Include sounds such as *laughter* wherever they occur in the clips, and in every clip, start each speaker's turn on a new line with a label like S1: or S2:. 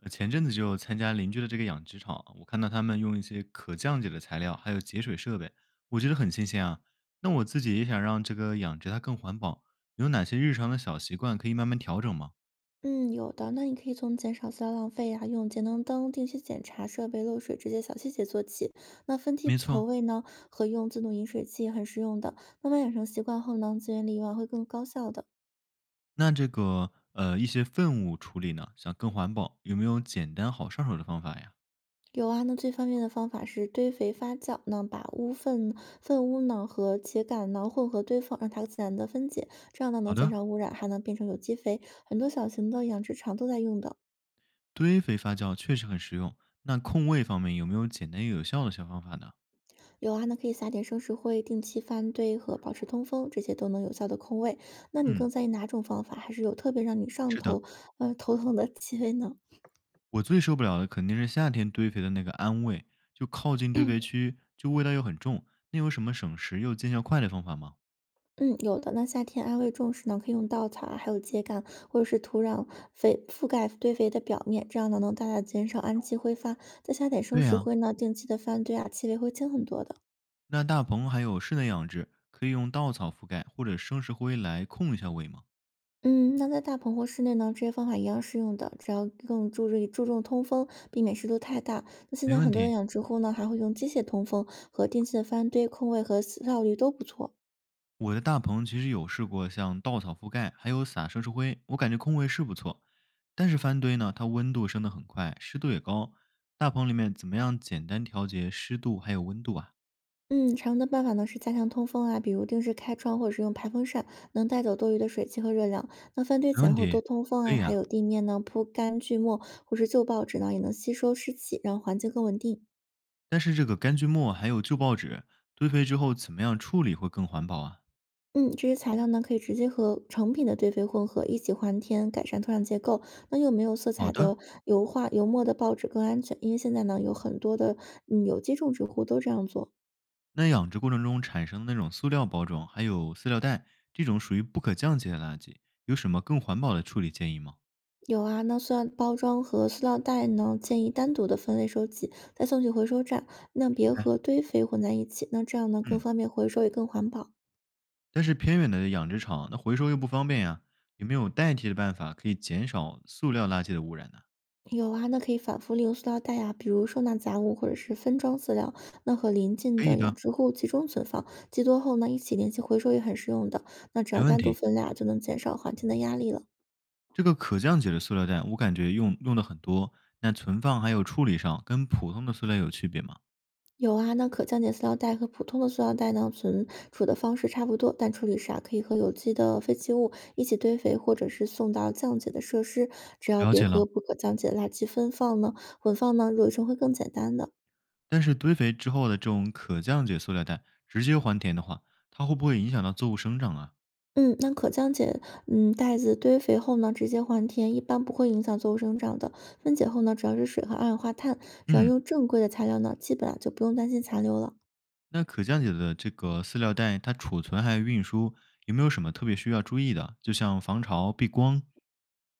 S1: 前阵子就参加邻居的这个养殖场，我看到他们用一些可降解的材料，还有节水设备，我觉得很新鲜啊。那我自己也想让这个养殖它更环保，有哪些日常的小习惯可以慢慢调整吗？
S2: 嗯，有的。那你可以从减少塑料浪费呀、用节能灯定期检查设备漏水这些小细节做起。那分批
S1: 没
S2: 投
S1: 错，
S2: 喂呢，和用自动饮水器很实用的。慢慢养成习惯后呢，资源利用啊会更高效的。
S1: 那这个一些粪物处理呢，想更环保，有没有简单好上手的方法呀？
S2: 有啊，那最方便的方法是堆肥发酵，那把污粪、粪污呢和秸秆呢混合堆放，让它自然的分解，这样呢能
S1: 好
S2: 减
S1: 的，
S2: 少污染，还能变成有机肥。很多小型的养殖场都在用的。
S1: 堆肥发酵确实很实用。那控位方面有没有简单又有效的小方法呢？
S2: 有啊，那可以撒点生石灰、定期翻堆和保持通风，这些都能有效的控味。那你
S1: 嗯，
S2: 更在意哪种方法？还是有特别让你上
S1: 是的，
S2: 头头疼的 *laughs* 气味呢？
S1: 我最受不了的肯定是夏天堆肥的那个氨味，就靠近堆肥区，就味道又很重。那有什么省时又见效快的方法吗？
S2: 嗯，有的。那夏天安慰重时呢，可以用稻草啊，还有秸秆或者是土壤肥覆盖堆肥的表面，这样呢能大大减少氨气挥发。再撒点生
S1: 对
S2: 石
S1: 呀、
S2: 灰呢，定期的翻堆啊，气味会轻很多的。
S1: 那大棚还有室内养殖，可以用稻草覆盖或者生石灰来控一下味吗？
S2: 嗯，那在大棚或室内呢，这些方法一样适用的，只要更注意注重通风，避免湿度太大。那现
S1: 没
S2: 在
S1: 问
S2: 很多的
S1: 题，
S2: 养殖户呢，还会用机械通风和定期的翻堆、空位和效率都不错。
S1: 我的大棚其实有试过像稻草覆盖，还有撒生石灰，我感觉控味是不错。但是翻堆呢，它温度升得很快，湿度也高。大棚里面怎么样简单调节湿度还有温度啊？
S2: 嗯，常用的办法呢是加强通风啊，比如定时开窗或者是用排风扇，能带走多余的水汽和热量。那翻堆
S1: 没
S2: 前
S1: 问
S2: 后
S1: 题，
S2: 多通风
S1: 可
S2: 啊，
S1: 以
S2: 还
S1: 啊。
S2: 有地面呢铺干锯末或是旧报纸呢，也能吸收湿气，让环境更稳定。
S1: 但是这个干菌末还有旧报纸堆肥之后，怎么样处理会更环保啊？
S2: 嗯，这些材料呢，可以直接和成品的堆肥混合，一起还田，改善土壤结构。那又没有色彩
S1: 好的，
S2: 的油画、油墨的报纸更安全，因为现在呢，有很多的有机种植户都这样做。
S1: 那养殖过程中产生的那种塑料包装还有塑料袋，这种属于不可降解的垃圾，有什么更环保的处理建议吗？
S2: 有啊，那塑料包装和塑料袋呢，建议单独的分类收集，再送去回收站，那别
S1: 哎，
S2: 和堆肥混在一起。那这样呢，更
S1: 嗯，
S2: 方便回收，也更环保。
S1: 但是偏远的养殖场那回收又不方便呀，有没有代替的办法可以减少塑料垃圾的污染呢？
S2: 有啊，那可以反复利用塑料袋呀，比如收纳杂物或者是分装饲料，那和邻近
S1: 可以
S2: 的养
S1: 的，
S2: 殖户集中存放，集多后呢一起联系回收也很实用的。那只
S1: 没
S2: 要
S1: 问
S2: 单独
S1: 题。
S2: 分类啊就能减少环境的压力了。
S1: 这个可降解的塑料袋，我感觉用的很多，那存放还有处理上跟普通的塑料有区别吗？
S2: 有啊，那可降解塑料袋和普通的塑料袋呢存储的方式差不多，但处理时啊可以和有机的废弃物一起堆肥，或者是送到降解的设施，只要
S1: 了
S2: 别
S1: 解
S2: 和
S1: 了。
S2: 不可降解的垃圾分放呢混放呢，回收会更简单的。
S1: 但是堆肥之后的这种可降解塑料袋直接还田的话，它会不会影响到作物生长啊？
S2: 嗯，那可降解袋子堆肥后呢，直接还田，一般不会影响作物生长的。分解后呢，主要是水和二氧化碳，只要
S1: 嗯，
S2: 用正规的材料呢，基本上就不用担心残留了。
S1: 那可降解的这个塑料袋，它储存还有运输有没有什么特别需要注意的？就像防潮、避光，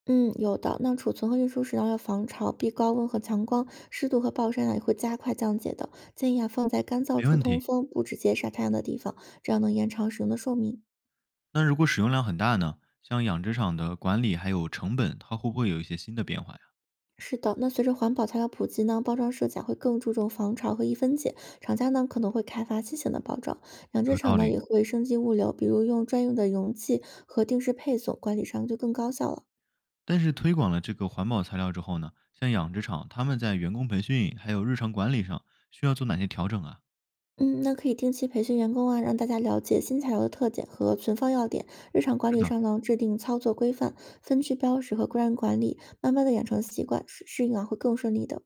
S2: 嗯，有的。那储存和运输时呢，要防潮、避高温和强光，湿度和暴晒呢，也会加快降解的。建议啊放在干燥
S1: 没
S2: 处
S1: 问
S2: 通
S1: 题。
S2: 风、不直接晒太阳的地方，这样能延长使用的寿命。
S1: 那如果使用量很大呢？像养殖场的管理还有成本，它会不会有一些新的变化呀？
S2: 是的，那随着环保材料普及呢，包装设计啊会更注重防潮和易分解，厂家呢可能会开发新型的包装，养殖
S1: 有
S2: 场
S1: 道
S2: 呢也
S1: 理。
S2: 会升级物流，比如用专用的容器和定时配送，管理上就更高效了。
S1: 但是推广了这个环保材料之后呢，像养殖场他们在员工培训还有日常管理上需要做哪些调整啊？
S2: 嗯，那可以定期培训员工啊，让大家了解新材料的特点和存放要点。日常管
S1: 是
S2: 理
S1: 的。
S2: 上呢，制定操作规范、分区标识和规范管理，慢慢的养成习惯，适应啊会更顺利的。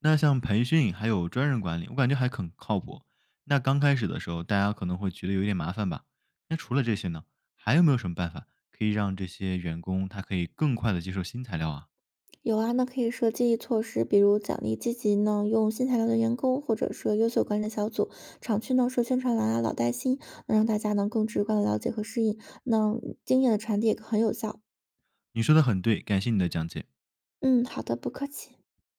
S1: 那像培训还有专人管理，我感觉还很靠谱。那刚开始的时候，大家可能会觉得有点麻烦吧？那除了这些呢，还有没有什么办法可以让这些员工他可以更快的接受新材料啊？
S2: 有啊，那可以设激励措施，比如奖励积极呢，用新材料的员工，或者说优秀管理小组。厂区呢设宣传栏啊，老带新，能让大家呢更直观的了解和适应。那经验的传递也很有效。
S1: 你说的很对，感谢你的讲解。
S2: 嗯，好的，不客气。